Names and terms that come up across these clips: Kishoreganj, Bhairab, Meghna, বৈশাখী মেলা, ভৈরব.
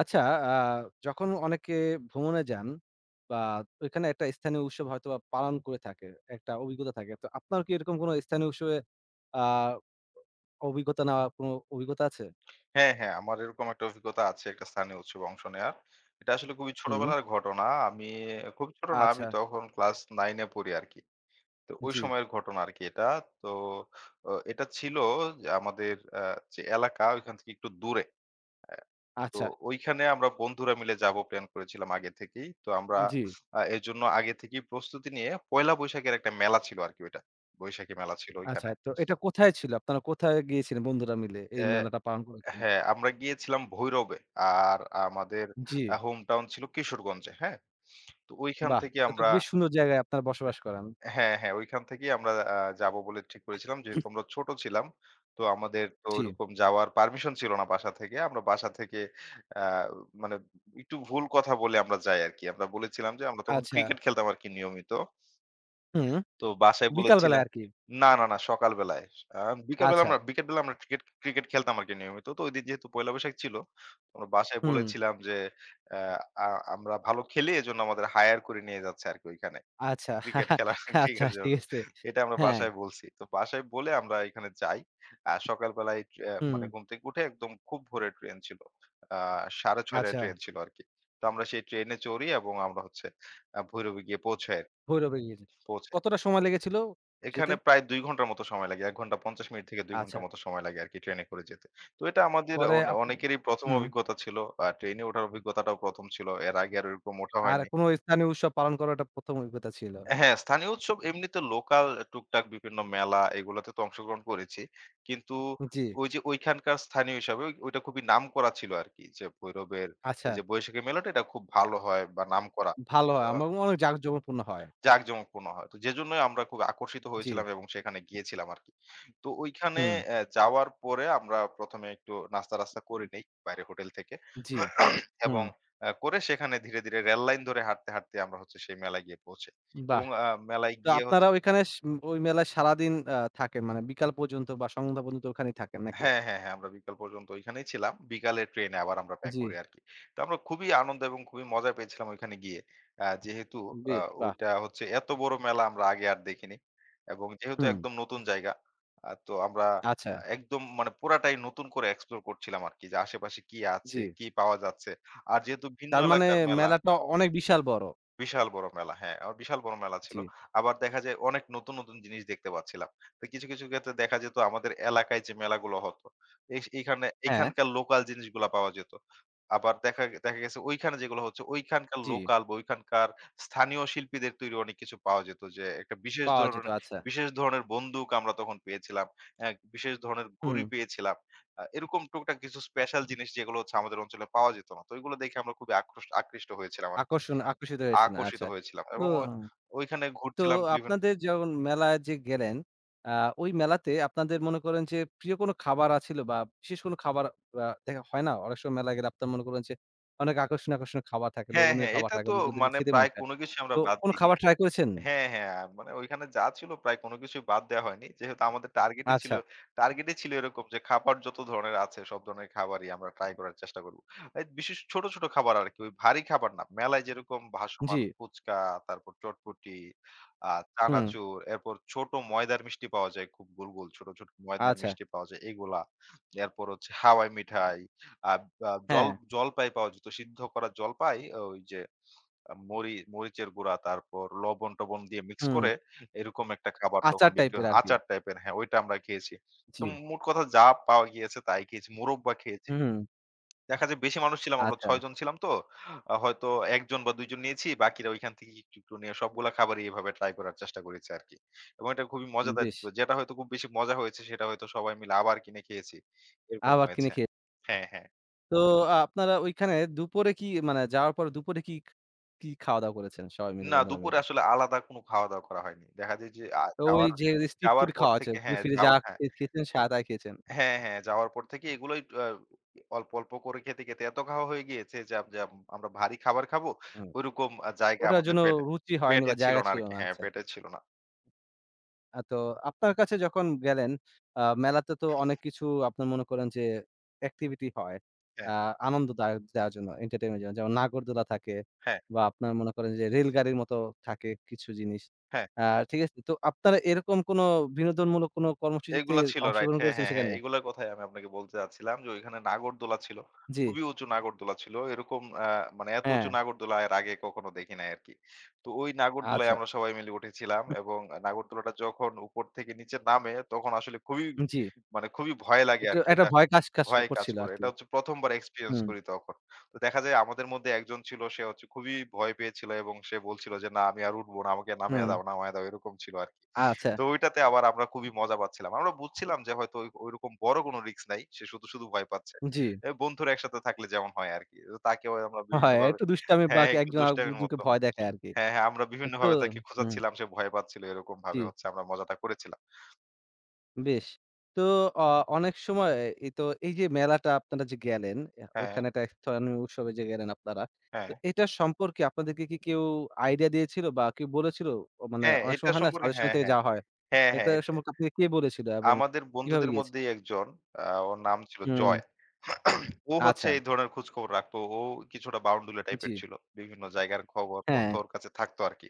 আচ্ছা, আ যখন অনেকে ভ্রমণে যান বা ওইখানে একটা স্থানীয় উৎসব হয়তোবা পালন করে থাকে, একটা অভিজ্ঞতা থাকে। তো আপনার কি এরকম কোনো স্থানীয় উৎসবে আ অভিজ্ঞতা নেওয়া কোনো অভিজ্ঞতা আছে? হ্যাঁ, হ্যাঁ। আমার এরকম একটা অভিজ্ঞতা আছে একটা স্থানীয় উৎসবে অংশ নেয়ার। এটা আসলে খুবই হুম। ছোটবেলার ঘটনা। আমি খুবই ছোট না, আমি আচ্ছা, তখন ক্লাস ৯ এ পড়ি আরকি। তো ওই জি, সময়ের ঘটনা আরকি এটা। তো অ এটা ছিল যে আমাদের আ যে এলাকা ওইখান থেকে একটু দূরে। আ তো আচ্ছা, ওইখানে আমরা বন্ধুরা মিলে যাবো প্ল্যান করেছিলাম আগে থেকেই। তো আমরা জি, আ এজন্য আগে থেকেই প্রস্তুতি নিয়ে পয়লা বৈশাখের একটা মেলা ছিল আরকি ওইটা। বৈশাখী মেলা ছিল আচ্ছা। ওইখানে। তো এটা কোথায় ছিল? আপনারা কোথায় গিয়েছিলেন বন্ধুরা মিলে এই অ্যা মেলাটা পালন করেছেন? হ্যাঁ, আমরা গিয়েছিলাম ভৈরবে। আর আমাদের জি, আ হোম টাউন ছিল কিশোরগঞ্জে, হ্যাঁ? তো ওইখান বাহ! থেকে এটা তো আমরা বেশ সুন্দর জায়গায় আপনারা বসবাস করেন। হ্যাঁ, হ্যাঁ, ওইখান থেকেই আমরা যাবো বলে ঠিক করেছিলাম। যেহেতু আমরা ছোট ছিলাম, তো আমাদের তো জি, ওইরকম যাওয়ার পারমিশন ছিল না বাসা থেকে। আমরা বাসা থেকে আ মানে একটু ভুল কথা বলে আমরা যাই আরকি। আমরা বলেছিলাম যে আমরা তখন আচ্ছা, ক্রিকেট খেলতাম আরকি নিয়মিত। হুম, তো বাসায় বিকাল বলেছিলা বেলায় আরকি। না, না, না, সকালবেলায়। আ বিকালবেলা আচ্ছা, আমরা বিকেলবেলা আমরা ক্রিকেট ক্রিকেট খেলতাম আরকি নিয়মিত। তো ঐদিন যেহেতু পহেলা বৈশাখ ছিল, আমরা বাসায় হুম, বলেছিলাম যে অ্যা আ আমরা ভালো খেলি এজন্য আমাদের হায়ার করে নিয়ে যাচ্ছে আরকি ঐখানে। আচ্ছা, ক্রিকেট খেলার আচ্ছা ক্রিকেট জন্য। ঠিক আছে। এটা আমরা হ্যাঁ, বাসায় বলছি। তো বাসায় বলে আমরা এখানে যাই। আর সকালবেলায় হুম, মানে ঘুম থেকে উঠে একদম খুব ভোরে ট্রেন ছিল। আ ৬:৩০ টায় আচ্ছা, ট্রেন ছিল আরকি। তো আমরা সেই ট্রেনে চড়ি এবং আমরা হচ্ছে ভৈরবে গিয়ে পৌঁছাই ভৈরবে গিয়েছে। পৌঁছাই। কতটা সময় লেগেছিল যেতে? এখানে প্রায় ২ ঘন্টার মতো সময় লাগে। ১ ঘন্টা ৫০ মিনিট থেকে ২ আচ্ছা। ঘন্টার মতো সময় লাগে আরকি ট্রেনে করে যেতে। তো এটা আমাদের পরে অনেকেরই ১ম হুম, অভিজ্ঞতা ছিল। ট্রেনে ওঠার অভিজ্ঞতাটাও ১ম ছিল। এর আগে আর ওরকম ওঠা আর হয়নি। কোন স্থানীয় উৎসব পালন করার একটা ১ম অভিজ্ঞতা ছিল। হ্যাঁ, স্থানীয় উৎসব এমনিতে লোকাল টুকটাক বিভিন্ন মেলা এগুলাতে তো অংশগ্রহণ করেছি। কিন্তু জি, ওই যে ঐখানকার স্থানীয় হিসাবে ওই ওইটা খুবই নামকরা ছিল আরকি যে ভৈরবের আচ্ছা, এই যে বৈশাখী মেলাটা এটা খুব ভালো হয় বা নামকরা। ভালো হয়। আ আমার অনেক জাঁকজমকপূর্ণ হয়। জাঁকজমকপূর্ণ হয়। তো যেজন্যই আমরা খুব আকর্ষিত জি, হয়েছিলাম এবং সেখানে গিয়েছিলাম আরকি। তো ওইখানে হুম, যাওয়ার পরে আমরা ১ম এ একটু নাস্তা-টাস্তা করে নেই বাইরে হোটেল থেকে। জি, হুম, এবং করে সেখানে ধীরে, ধীরে রেললাইন ধরে হাঁটতে, হাঁটতে আমরা হচ্ছে সেই মেলায় গিয়ে পৌঁছাই। এবং বাহ! মেলায় তো গিয়ে হচ্ছে আপনারা ওইখানে ওই মেলায় সারাদিন থাকেন মানে বিকাল পর্যন্ত বা সন্ধ্যা পর্যন্ত ওখানেই থাকেন নাকি? হ্যাঁ, হ্যাঁ, হ্যাঁ, আমরা বিকাল পর্যন্ত ঐখানেই ছিলাম। বিকালের ট্রেনে আবার আমরা ব্যাক জি, করি আরকি। তো আমরা খুবই আনন্দ এবং খুবই মজা পেয়েছিলাম ঐখানে গিয়ে। আ যেহেতু আ বেশ বাহ! ওইটা হচ্ছে এত বড় মেলা আমরা আগে আর দেখিনি। এবং যেহেতু হুম, একদম নতুন জায়গা, তো আমরা আচ্ছা, আ একদম মানে পুরাটাই নতুন করে এক্সপ্লোর করছিলাম আরকি যে আশেপাশে কি আছে, জি। কি পাওয়া যাচ্ছে। আর যেহেতু ভিন্ন তার মানে এলাকার মেলা মেলাটা অনেক বিশাল বড়। বিশাল বড় মেলা। হ্যাঁ, আমার বিশাল বড় মেলা ছিল। জি, আবার দেখা যায় অনেক নতুন, নতুন জিনিস দেখতে পাচ্ছিলাম। তো কিছু, কিছু ক্ষেত্রে দেখা যেত আমাদের এলাকায় যে মেলাগুলো হতো, এইখানে হ্যাঁ, এখানকার লোকাল জিনিসগুলা পাওয়া যেত। আবার দেখা দেখা গেছে ওইখানে যেগুলো হচ্ছে ওইখানকার জি, লোকাল বা ওইখানকার স্থানীয় শিল্পীদের তৈরি অনেক কিছু পাওয়া যেত। যে একটা বিশেষ পাওয়া যেত, ধরনের আচ্ছা। বিশেষ ধরনের বন্দুক আমরা তখন পেয়েছিলাম। অ্যা বিশেষ ধরনের হুম, ঘুড়ি পেয়েছিলাম। এরকম টুকটাক কিছু স্পেশাল জিনিস যেগুলো হচ্ছে আমাদের অঞ্চলে পাওয়া যেত না। তো ওইগুলো দেখে আমরা খুবই আকৃষ্ট হয়েছিলাম। আকর্ষণ আকর্ষিত হয়েছেন। আকর্ষিত আচ্ছা। হয়েছিলাম তো এবং ওইখানে তো ঘুরছিলাম বিভিন্ন। আপনাদের যখন মেলায় যে গেলেন, আ ওই মেলাতে আপনাদের মনে করেন যে প্রিয় কোনো খাবার আছিল বা বিশেষ কোনো খাবার দেখা হয় না? অনেক সময় মেলায় গেলে আপনার মনে করেন যে অনেক আকর্ষণীয়, আকর্ষণীয় খাবার থাকে, হ্যাঁ, লোভনীয় হ্যাঁ, খাবার এটা থাকে তো যেগুলো দেখলে মানে খেতে মন প্রায় চায়। কোনো কিছুই আমরা তো বাদ কোন দিইনি। খাবার ট্রাই করেছেন? হ্যাঁ, হ্যাঁ। মানে ওইখানে যা ছিল প্রায় কোনো কিছুই বাদ দেয়া হয়নি। যেহেতু আমাদের আচ্ছা। টার্গেটই ছিল এরকম যে খাবার যত ধরনের আছে সব ধরনের খাবারই আমরা ট্রাই করার চেষ্টা করব। এই বিশেষ ছোট, ছোট খাবার আরকি। ওই ভারী খাবার না। মেলায় যেরকম জি। ভাসমান ফুচকা, তারপর চটপটি, আ হুম। চানাচুর, এরপর ছোট ময়দার মিষ্টি পাওয়া যায়। খুব গোল, গোল ছোট, ছোট ময়দার আচ্ছা। মিষ্টি পাওয়া যায় এগুলা। এরপর হচ্ছে হাওয়াই মিঠাই, আ আ জল হ্যাঁ। জলপাই পাওয়া যেত। সিদ্ধ করা জলপাই ওই যে আ মরি মরিচের গুঁড়া, তারপর লবণ-টবণ দিয়ে মিক্স হুম। করে এরকম একটা খাবার তখন আচার বিক্রি টাইপের হয়। আরকি। আচার টাইপের, হ্যাঁ, ওইটা আমরা খেয়েছি। তো জি। মোট কথা যা পাওয়া গিয়েছে তাই খেয়েছি। মোরব্বা খেয়েছি। হুম। দেখা যায় বেশি মানুষ ছিলাম আমরা আচ্ছা। ৬ জন ছিলাম তো। হয়তো ১ জন বা ২ জন নিয়েছি। বাকিরা ওইখান থেকে একটু, একটু নিয়ে সবগুলা খাবারই এভাবে ট্রাই করার চেষ্টা করেছি আরকি। এবং এটা খুবই মজাদার বেশ। ছিল। যেটা হয়তো খুব বেশি মজা হয়েছে সেটা হয়তো সবাই মিলে আবার কিনে খেয়েছি। এরকম আবার কিনে হয়েছে। খেয়ে হ্যাঁ, হ্যাঁ। তো আপনারা ঐখানে দুপুরে কি মানে যাওয়ার পর দুপুরে কি, কি খাওয়া-দাওয়া করেছেন সবাই মিলে না, বন্ধুরা দুপুরে মিলে? আসলে আলাদা কোনো খাওয়া-দাওয়া করা হয়নি। দেখা যায় যে আ তো ওই যাওয়ার যে স্ট্রিট যাওয়ার ফুড পর খাওয়া আছে, থেকে ঘুরে ফিরে যা হ্যাঁ, খেয়েছেন, সাদা খেয়েছেন। হ্যাঁ, হ্যাঁ, যাওয়ার পর থেকে এগুলোই অল্প, অল্প করে খেতে, খেতে এত খাওয়া হয়ে গিয়েছে যে আম যে আম আমরা ভারী খাবার খাবো, হুম। ঐরকম জায়গা ওটার আমাদের জন্য পেটে রুচি হয়নি পেটে বা ছিল জায়গা না ছিল আরকি। না। হ্যাঁ, আচ্ছা। পেটে ছিল না। তো আপনার কাছে যখন গেলেন, মেলাতে তো অনেক কিছু আপনার মনে করেন যে অ্যাক্টিভিটি হয়। আ হ্যাঁ, আনন্দদায়ক দেওয়ার জন্য, এন্টারটেইনমেন্ট এর জন্য। যেমন নাগরদোলা থাকে হ্যাঁ, বা আপনার মনে করেন যে রেলগাড়ির মতো থাকে কিছু জিনিস। হ্যাঁ। আ ঠিক আছে? তো আপনারা এরকম কোনো বিনোদনমূলক কোনো কর্মসূচিতে এগুলা ছিল রাইট। অংশগ্রহণ হ্যাঁ, করেছেন হ্যাঁ, হ্যাঁ। সেখানে? এগুলার কথাই আমি আপনাকে বলতে চাচ্ছিলাম যে ওইখানে নাগরদোলা ছিল। জি, খুবই উঁচু নাগরদোলা ছিল। এরকম আ মানে এত উঁচু হ্যাঁ, নাগরদোলা এর আগে কখনো দেখি নাই আরকি। তো ওই নাগরদোলায় আচ্ছা। আমরা সবাই মিলে উঠেছিলাম এবং নাগরদোলাটা যখন উপর থেকে নিচে নামে তখন আসলে খুবই হুম, জি। মানে খুবই ভয় লাগে একটু আরকি। একটা এটা ভয় কাজ, কাজ ভয় কাজ করছিল করে। আরকি। এটা হচ্ছে ১ম বার এক্সপেরিয়েন্স হুম, করি তখন। তো দেখা যায় আমাদের মধ্যে একজন ছিল সে হচ্ছে খুবই ভয় পেয়েছিল এবং সে বলছিল যে, "না আমি আর উঠবো না। আমাকে নামিয়ে হুম, দাও, নামায়ে দাও।" এরকম ছিল আরকি। আচ্ছা, তো ওইটাতে আবার আমরা খুবই মজা পাচ্ছিলাম। আমরা বুঝছিলাম যে হয়তো ওই ওইরকম বড় কোনো রিস্ক নাই। সে শুধু, শুধু ভয় পাচ্ছে। জি। এ বন্ধুরা একসাথে থাকলে যেমন হয় আরকি। তো তাকেও আমরা হয়, বিভিন্নভাবে একটু দুষ্টামি বা হ্যাঁ, কি একটু একজন দুষ্টামির আরেকজনকে মতো। ভয় দেখায় আরকি। হ্যাঁ, হ্যাঁ, আমরা তো বিভিন্নভাবে তাকে হুম। খোঁচাচ্ছিলাম। সে ভয় পাচ্ছিল। এরকম জি, ভাবে হচ্ছে আমরা মজাটা করেছিলাম। বেশ। তো অ অনেক সময় এই তো এই যে মেলাটা আপনারা যে গেলেন, হ্যাঁ, ওইখানে একটা স্থানীয় উৎসবে যে গেলেন আপনারা। হ্যাঁ। তো এটার সম্পর্কে আপনাদেরকে কি কেউ আইডিয়া দিয়েছিল বা কেউ বলেছিল? ও মানে হ্যাঁ, অনেক এটা সময় হয় না, সম্পর্কে সাজেশন হ্যাঁ, থেকে হ্যাঁ। যাওয়া হয়। হ্যাঁ, হ্যাঁ। এটা এটা সম্পর্কে আপনাকে কে বলেছিল এবং আমাদের কিভাবে বন্ধুদের গিয়েছিলেন? মধ্যেই একজন, ওর নাম ছিল হুম, জয়। ও হচ্ছে আচ্ছা, এই ধরনের খোঁজখবর রাখতো। ও কিছুটা বাউন্ডুলে জি, টাইপের ছিল। বিভিন্ন জায়গার খবর, তথ্য হ্যাঁ। ওর কাছে থাকতো আরকি।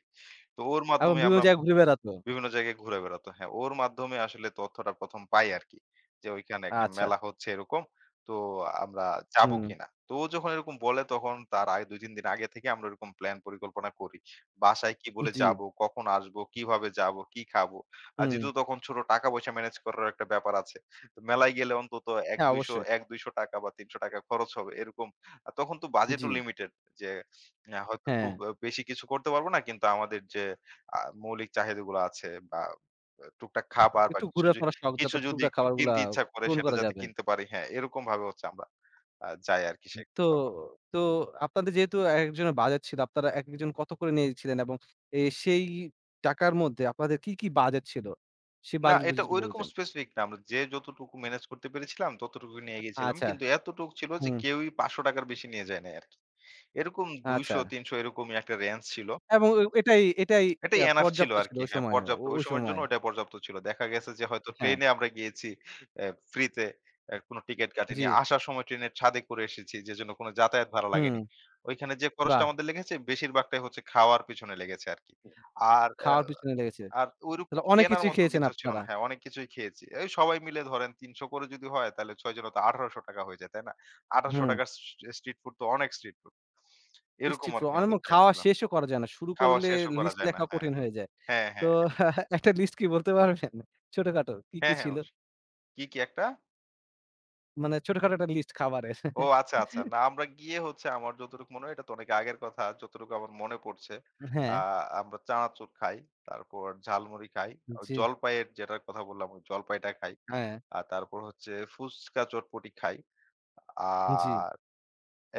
তো ওর এবং মাধ্যমে বিভিন্ন আমরা জায়গায় ঘুরে বেড়াতো। বিভিন্ন জায়গায় ঘুরে বেড়াতো। হ্যাঁ, ওর মাধ্যমে আসলে তথ্যটা ১ম পাই আরকি। যে ওইখানে একটা আচ্ছা, মেলা হচ্ছে এরকম। তো আমরা যাবো হুম, কিনা? তো ও যখন এরকম বলে তখন তার আগে ২-৩ দিন আগে থেকে আমরা ওরকম প্লান পরিকল্পনা করি। বাসায় কি বলে জি, যাবো, কখন আসবো, কিভাবে যাবো, কি খাবো। আর হুম, যেহেতু তখন ছোট টাকা-পয়সা মেনেজ করার একটা ব্যাপার আছে। তো মেলায় গেলে অন্তত হ্যাঁ, অবশ্যই। ৳১-২০০ বা ৳৩০০ খরচ হবে এরকম। আর তখন তো বাজেটও জি, লিমিটেড যে হয়তো হ্যাঁ। খুব বেশি কিছু করতে পারবো না। কিন্তু আমাদের যে আ মৌলিক চাহিদাগুলো আছে বা টুকটাক খাবার বা একটু কিছু ঘুরে যে ফেরার শখ কিছু যতটুকু যদি একটু খাবারগুলা কিনতে ইচ্ছা করে পূরণ সেটা করা যাতে যাবে। কিনতে পারি। হ্যাঁ, এরকম ভাবে হচ্ছে আমরা যাই আরকি তো সেখানে তখন। তো আপনাদের যেহেতু একেকজনের বাজেট ছিল, আপনারা একেকজন কত করে নিয়েছিলেন? এবং সেই টাকার মধ্যে আপনাদের কি, কি বাজেট ছিল? সেই না বাজেটগুলো এটা যদি একটু ঐরকম বলতেন। স্পেসিফিক না। আমরা যে যতটুকু ম্যানেজ করতে পেরেছিলাম ততটুকু নিয়ে গেছিলাম। আচ্ছা, কিন্তু এতটুক ছিল যে হুম, কেউই ৳৫০০ র বেশি নিয়ে যায় নাই আরকি। এরকম আচ্ছা। ২০০-৩০০ এরকমই একটা রেঞ্জ ছিল। এবং এটাই এটাই এটাই এনাফ ছিল পর্যাপ্ত ছিল আরকি। ওই হ্যাঁ, সময়, পর্যাপ্ত। ওই ওই সময়ের জন্য সময়। ওটা পর্যাপ্ত ছিল। দেখা গেছে যে হয়তো হ্যাঁ, ট্রেনে আমরা গিয়েছি অ্যা ফ্রিতে কোনো টিকেট কাটিনি। জি, আসার সময় ট্রেনের ছাদে করে এসেছি যেজন্য কোনো যাতায়াত ভাড়া হুম, লাগেনি। ওইখানে যে খরচটা বাহ! আমাদের লেগেছে বেশিরভাগটাই হচ্ছে খাওয়ার পিছনে লেগেছে আরকি। আর অ্যা খাওয়ার পিছনে লেগেছে। আর ওইরকম তাহলে অনেক কেনার কিছুই মতো খেয়েছেন কিছু ছিল আপনারা। না। হ্যাঁ, অনেক কিছুই খেয়েছি। এই সবাই মিলে ধরেন ৩০০ করে যদি হয় তাহলে ৬ জনে তো ৳১,8০০ হয়ে যায়, তাই না? হুম, ৳১,8০০ র স্ট্রিট ফুড তো অনেক স্ট্রিট ফুড। এরকম স্ট্রিট ফুড আরকি অনেক আমাদের সময় প্ল্যান খাওয়া ছিল। শেষও করা যায় না। শুরু খাওয়া করলে শেষও করা লিস্ট যায় না। লেখা হ্যাঁ। কঠিন হয়ে যায়। হ্যাঁ, তো হ্যাঁ। একটা লিস্ট কি বলতে পারবেন? ছোটখাটো কি, কি হ্যাঁ, হ্যাঁ। ছিল? কি, কি একটা? মানে ছোটখাটো একটা লিস্ট খাবারের। ও আচ্ছা, আচ্ছা। না আমরা গিয়ে হচ্ছে আমার যতটুকু মনে হয় এটা তো অনেক আগের কথা। যতটুকু আমার মনে পড়ছে। হ্যাঁ, আ আমরা চানাচুর খাই, তারপর ঝালমুড়ি খাই। ও জি, জলপাইয়ের যেটার কথা বললাম ওই জলপাইটা খাই। হ্যাঁ, আর তারপর হচ্ছে ফুচকা চটপটি খাই। জি, আর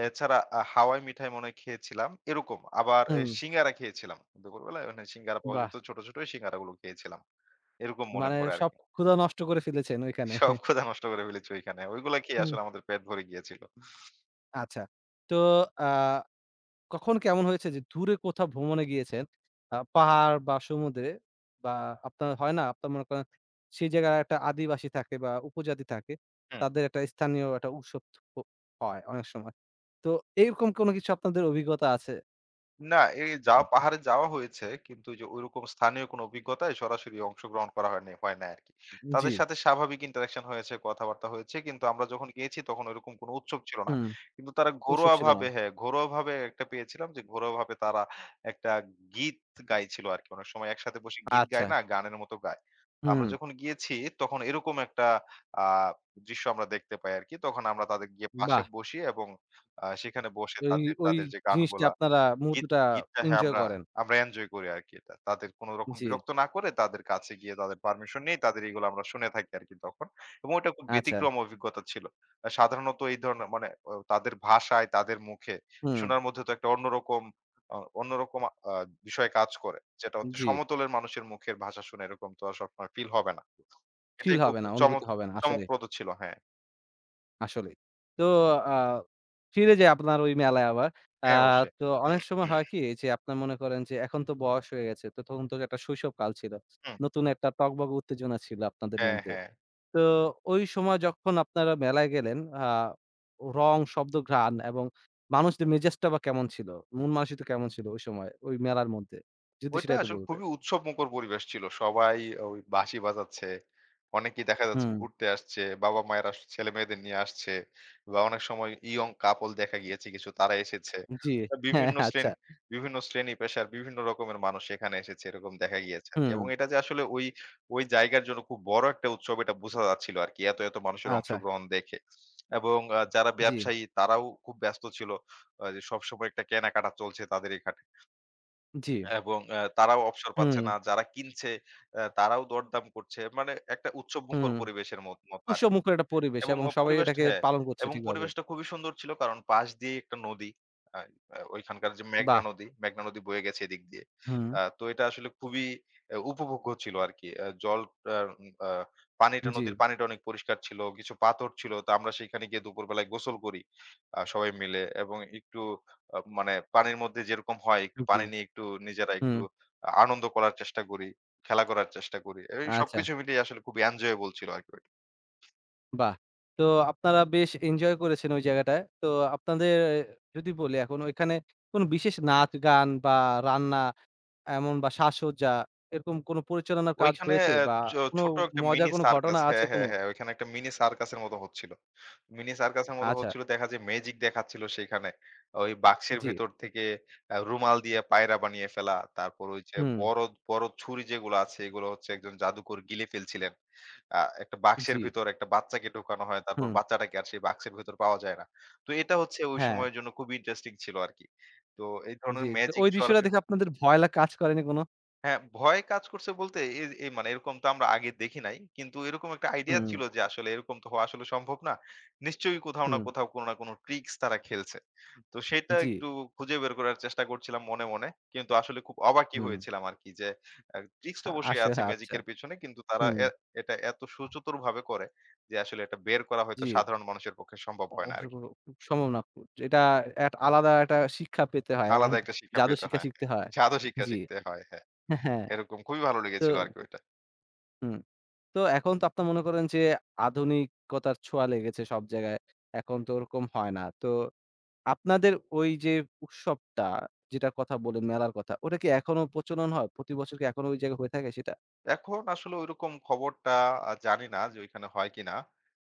এছাড়া হাওয়াই মিঠাই মনে হয় খেয়েছিলাম। এরকম আবার এ হুম, সিঙ্গারা খেয়েছিলাম। দুপুরবেলায় ওখানে সিঙ্গারা পাওয়া বাহ! যেত। ছোট, ছোট সিঙ্গারাগুলো খেয়েছিলাম। এরকম মনে মানে পড়ে সব আরকি। ক্ষুধা নষ্ট করে ফেলেছেন ওইখানে। সব ক্ষুধা নষ্ট করে ফেলেছি ওইখানে। ওইগুলা খেয়ে হুম, আসলে আমাদের পেট ভরে গিয়েছিল। আচ্ছা। তো আ কখন কেমন হয়েছে যে দূরে কোথাও ভ্রমণে গিয়েছেন, পাহাড় বা সমুদ্রে বা আপনার হয় না? আপনার মনে করেন সেই জায়গায় একটা আদিবাসী থাকে বা উপজাতি থাকে। হুম। তাদের একটা স্থানীয় একটা উৎসব হ হয় অনেক সময়। তো এরকম কোনো কিছু আপনাদের অভিজ্ঞতা আছে? না, এই যা পাহাড়ে যাওয়া হয়েছে কিন্তু ওই যে ঐরকম স্থানীয় কোনো অভিজ্ঞতায় সরাসরি অংশগ্রহণ করা হয়নি হয় নাই আরকি। জি, তাদের সাথে স্বাভাবিক ইন্টারেকশন হয়েছে, কথাবার্তা হয়েছে। কিন্তু আমরা যখন গিয়েছি তখন ওইরকম কোনো উৎসব ছিল না। হুম, কিন্তু তারা উৎসব ছিল না। ঘরোয়াভাবে হ্যাঁ, ঘরোয়াভাবে একটা পেয়েছিলাম যে ঘরোয়াভাবে তারা একটা গীত গাইছিল আরকি। অনেক সময় একসাথে বসে গীত আচ্ছা। গায় না? গানের মতো গায়। আমরা হুম, যখন গিয়েছি তখন এরকম একটা আ দৃশ্য আমরা দেখতে পাই আরকি। তখন আমরা তাদের গিয়ে পাশে বাহ! বসি এবং সেখানে বসে ওই তাদের, ওই তাদের যে জিনিসটা গানগুলা আপনারা গীত মুহূর্তটা গীতটা হ্যাঁ, এনজয় আমরা করেন। আমরা এনজয় করি আরকি এটা। তাদের কোন রকম জি, বিরক্ত না করে তাদের কাছে গিয়ে তাদের পারমিশন নিয়ে তাদের এগুলো আমরা শুনে থাকি আরকি তখন। এবং এটা খুব আচ্ছা। ব্যতিক্রম অভিজ্ঞতা ছিল। সাধারণত এই ধরনের মানে তাদের ভাষায়, তাদের মুখে হুম, শোনার মধ্যে তো একটা অন্যরকম আ বিষয় কাজ করে। যেটা হচ্ছে জি। সমতলের মানুষের মুখের ভাষা শুনে এরকম তো আর সবসময় ফিল হবে না। ফিল এটাই খুব হবে না, অনুভূতি হবে না। আসলে, চমকপ্রদ ছিল। হ্যাঁ, আসলেই। তো আ ফিরে যাই আপনার ওই মেলায় আবার। আ হ্যাঁ, অবশ্যই। তো অনেক সময় হয় কি যে আপনার মনে করেন যে এখন তো বয়স হয়ে গেছে। তো তখন তো একটা শৈশবকাল ছিল। হুম, নতুন একটা টগবগে উত্তেজনা ছিল আপনাদের হ্যাঁ, মধ্যে। হ্যাঁ। তো ওই সময় যখন আপনারা মেলায় গেলেন, রং, শব্দ, ঘ্রাণ এবং মানুষদের মেজাজটা বা কেমন ছিল? মন মানসিকতা কেমন ছিল ওই সময় ওই মেলার মধ্যে? যদি ওইটা সেটা একটু আসলে বলতেন। খুবই উৎসবমুখর পরিবেশ ছিল। সবাই ওই বাঁশি বাজাচ্ছে। অনেকেই দেখা যাচ্ছে হুম, ঘুরতে আসছে। বাবা-মায়েরা ছেলেমেয়েদের নিয়ে আসছে। বা অনেক সময় ইয়ং কাপল দেখা গিয়েছে কিছু তারা এসেছে। জি, তো হ্যাঁ, হ্যাঁ, আচ্ছা। বিভিন্ন শ্রেণী পেশার বিভিন্ন রকমের মানুষ এখানে এসেছে এরকম দেখা গিয়েছে আরকি। হুম, এবং এটা যে আসলে ওই জায়গার জন্য খুব বড় একটা উৎসব এটা বোঝা যাচ্ছিল আরকি। এত মানুষের আচ্ছা। অংশগ্রহণ দেখে। এবং যারা জি, ব্যবসায়ী তারাও খুব ব্যস্ত ছিল। যে সবসময় একটা কেনাকাটা চলছে তাদের এই ঘাটে। জি। এবং তারাও অবসর পাচ্ছে হুম, না। যারা কিনছে তারাও দরদাম করছে। মানে একটা উৎসবমুখর হুম। পরিবেশের মতো উৎসব আরকি। মুখর একটা পরিবেশ এবং এবং অ সবাই পরিবেশটা এটাকে হ্যাঁ, পালন করছে এবং ঠিকভাবে। পরিবেশটা খুবই সুন্দর ছিল কারণ পাশ দিয়ে একটা নদী। আ আ ওইখানকার যে বাহ! মেঘনা নদী বয়ে গেছে এদিক দিয়ে। হুম, তো এটা আসলে খুবই উপভোগ্য ছিল আরকি। আ জল আ আ পানিটা জি, নদীর পানিটা অনেক পরিষ্কার ছিল। কিছু পাথর ছিল। তো আমরা সেইখানে গিয়ে দুপুরবেলায় গোসল করি সবাই মিলে এবং একটু মানে পানির মধ্যে যেরকম হয় একটু জি, পানি নিয়ে একটু নিজেরা হুম, একটু আনন্দ করার চেষ্টা করি, খেলা করার চেষ্টা করি। এই আচ্ছা। সবকিছু মিলিয়ে আসলে খুবই এনজয়েবল ছিল আরকি। বাহ! তো আপনারা বেশ এনজয় করেছেন ওই জায়গাটায়। তো আপনাদের যদি বলি এখন ওইখানে কোন বিশেষ নাচ, গান বা রান্না এমন বা সাজসজ্জা এরকম কোন পরিচালনার কাজ ওইখানে হয়েছে অ্যা বা ছো কোন ছোট একটা মজার মিনি কোন ঘটনা সার্কাস আছে হ্যাঁ, কোন? হ্যাঁ, হ্যাঁ। ওইখানে একটা মিনি সার্কাসের মতো হচ্ছিল। মিনি সার্কাসের মতো আচ্ছা, হচ্ছিল দেখা যায় ম্যাজিক দেখাচ্ছিল সেইখানে। ওই বাক্সের জি। ভেতর থেকে রুমাল দিয়ে পায়রা বানিয়ে ফেলা। তারপর ওই যে হুম, বড় ছুরি যেগুলো আছে এগুলো হচ্ছে একজন জাদুকর গিলে ফেলছিলেন। একটা বাক্সের জি, ভিতর একটা বাচ্চাকে ঢোকানো হয়। তারপর হুম, বাচ্চাটাকে আর সেই বাক্সের ভেতর পাওয়া যায় না। তো এটা হচ্ছে ওই হ্যাঁ, সময়ের জন্য খুবই ইন্টারেস্টিং ছিল আরকি। তো এই জি। ধরনের তো ম্যাজিক ওই দৃশ্যটা সরাসরি দেখে আপনাদের ভয় কাজ করেনি কোন? হ্যাঁ, ভয় কাজ করছে বলতে এই এই মানে এরকম তো আমরা আগে দেখি নাই। কিন্তু এরকম একটা আইডিয়া হুম, ছিল যে আসলে এরকম তো হওয়া আসলে সম্ভব না। নিশ্চয়ই কোথাও না হুম, কোথাও কোনো না কোনো ট্রিকস তারা খেলছে। তো সেটা জি, একটু খুঁজে বের করার চেষ্টা করছিলাম মনে। কিন্তু আসলে খুব অবাকই হুম। হয়েছিলাম আরকি যে ট্রিকস তো অবশ্যই আসলে আছে আচ্ছা। ম্যাজিকের পেছনে। কিন্তু তারা হুম, এ এটা এত সুচতুরভাবে করে যে আসলে এটা বের করা হয়তো জি। সাধারণ মানুষের পক্ষে সম্ভব হয় না অবশ্য আরকি। সম্ভব না। এটা এক আলাদা একটা শিক্ষা পেতে হয় এবং আলাদা একটা শিক্ষা জাদু পেতে শিক্ষা হয়। শিখতে হ্যাঁ, হয়। জাদু শিক্ষা জি। শিখতে হয়। হ্যাঁ, হ্যাঁ, এরকম খুবই ভালো তো লেগেছিল আরকি ওইটা। হুম। তো এখন তো আপনার মনে করেন যে আধুনিকতার ছোঁয়া লেগেছে সব জায়গায়। এখন তো ওরকম হয় না। তো আপনাদের ওই যে উৎসবটা যেটার কথা বললেন মেলার কথা, ওটা কি এখনো প্রচলন হয়? প্রতি বছর কি এখনো ওই জায়গায় হয়ে থাকে সেটা? এখন আসলে ঐরকম খবরটা জানি না যে ঐখানে হয় কিনা।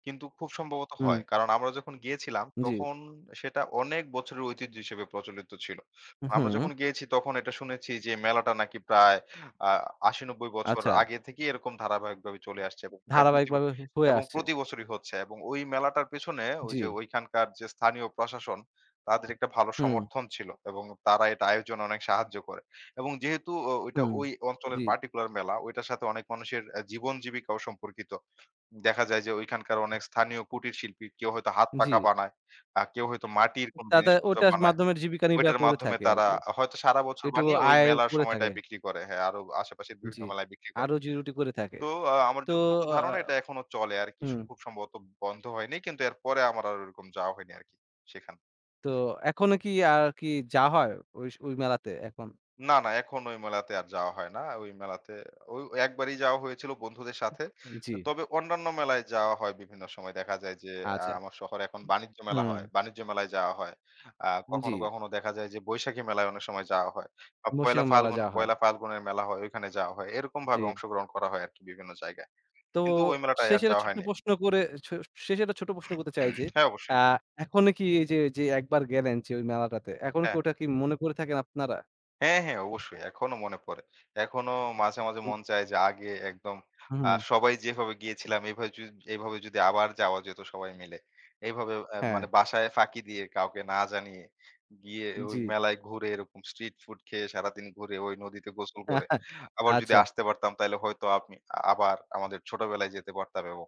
কিন্তু খুব সম্ভবত হুম, হয়। কারণ আমরা যখন গিয়েছিলাম জি। তখন সেটা অনেক বছরের ঐতিহ্য হিসেবে প্রচলিত ছিল। আমরা হুম, যখন গিয়েছি তখন এটা শুনেছি যে মেলাটা নাকি প্রায় আ ৮০-৯০ বছর আচ্ছা। আগে থেকেই এরকম ধারাবাহিকভাবে চলে আসছে এবং প্রায় প্রতি ব ধারাবাহিকভাবে হয়ে এবং আসছে। প্রতি বছরই হচ্ছে এবং ওই মেলাটার পেছনে ওই জি। যে ঐখানকার যে স্থানীয় প্রশাসন তাদের একটা ভালো হুম, সমর্থন ছিল এবং তারা এটা আয়োজনে অনেক সাহায্য করে। এবং যেহেতু ওইটা হুম। ওই অঞ্চলের জি, পার্টিকুলার মেলা, ওইটার সাথে অনেক মানুষের জীবন জীবিকাও সম্পর্কিত। দেখা যায় যে ওইখানকার অনেক স্থানীয় কুটির শিল্পী, কেউ হয়তো হাত জি। পাখা বানায়, কেউ হয়তো মাটির কোন তাদের জিনিসপত্র ওটার বানায়। মাধ্যমে জীবিকা নির্বাহ ওইটার করে মাধ্যমে থাকে তারা আরকি। হয়তো সারা বছর একটু বানিয়ে ওই আয় মেলার করে থাকে। সময়টায় বিক্রি করে। হ্যাঁ, আরো আশেপাশের বিভিন্ন জি। মেলায় বিক্রি আর করে। রুজি-রুটি করে থাকে। তো আ আমার তো যতটুকু আ ধারণা এটা এখনো চলে আরকি। হুম। খুব সম্ভবত বন্ধ হয়নি। কিন্তু এরপরে আমার আর ওরকম যাওয়া হয়নি আরকি সেখানে। তো এখনো কি আর কি যাওয়া হয় ওই ওই মেলাতে এখন? না, না এখন ওই মেলাতে আর যাওয়া হয় না। ওই একবারই যাওয়া হয়েছিল বন্ধুদের সাথে। জি, তবে অন্যান্য মেলায় যাওয়া হয় বিভিন্ন সময়। দেখা যায় যে আচ্ছা। আমার শহরে এখন বাণিজ্য মেলা হুম, হয়। বাণিজ্য মেলায় যাওয়া হয়। জি। কখনো, কখনো দেখা যায় যে বৈশাখী মেলায় অনেক সময় যাওয়া হয়। বা বৈশাখী মেলা যাওয়া হয়। পয়লা ফাল্গুনের মেলা হয় ওইখানে যাওয়া হয়। জি। এরকমভাবে অংশগ্রহণ করা হয় আরকি বিভিন্ন জায়গায়। তো কিন্তু ওই মেলাটায় আর শেষে একটা যাওয়া ছোট্ট হয়নি। প্রশ্ন করে ছ শেষে একটা ছোট্ট প্রশ্ন করতে চাই যে, হ্যাঁ, আ অবশ্যই। এখনো কি এই যে, যে একবার গেলেন যে ওই মেলাটাতে, এখনো কি হ্যাঁ। ওটা কি মনে করে থাকেন আপনারা? হ্যাঁ, হ্যাঁ, অবশ্যই। এখনো মনে পড়ে। এখনো মাঝে মন চায় যে আগে একদম হুম, সবাই যেভাবে গিয়েছিলাম এভাবে যদি আবার যাওয়া যেত সবাই মিলে। এইভাবে হ্যাঁ, মানে বাসায় ফাঁকি দিয়ে কাউকে না জানিয়ে গিয়ে ওই জি। মেলায় ঘুরে এরকম স্ট্রিট ফুড খেয়ে সারাদিন ঘুরে ওই নদীতে গোসল করে আবার যদি আচ্ছা। আসতে পারতাম তাইলে হয়তো আপনি আবার আমাদের ছোটবেলায় যেতে পারতাম এবং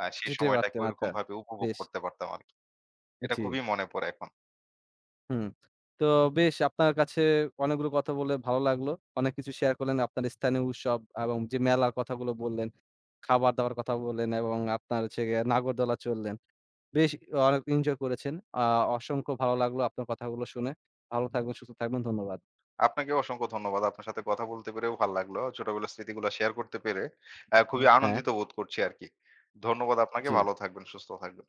সেই যেতে সময়টাকে পারতেন। আচ্ছা। ঐরকমভাবে উপভোগ বেশ। করতে পারতাম আরকি। এটা জি। খুবই মনে পড়ে এখন। হুম। তো বেশ, আপনার কাছে অনেকগুলো কথা বলে ভালো লাগলো। অনেক কিছু শেয়ার করলেন আপনার স্থানীয় উৎসব এবং যে মেলার কথাগুলো বললেন, খাবার-দাবার কথা বললেন এবং আপনার হচ্ছে গিয়ে নাগরদোলা চড়লেন। বেশ অনেক এনজয় করেছেন। আ অসংখ্য ভালো লাগলো আপনার কথাগুলো শুনে। ভালো থাকবেন, সুস্থ থাকবেন। ধন্যবাদ। আপনাকে অসংখ্য ধন্যবাদ। আপনার সাথে কথা বলতে পেরেও ভাল লাগলো। ছোটবেলার স্মৃতিগুলা শেয়ার করতে পেরে খুবই হ্যাঁ, আনন্দিত বোধ করছি আরকি। ধন্যবাদ আপনাকে। জি। ভালো থাকবেন, সুস্থ থাকবেন।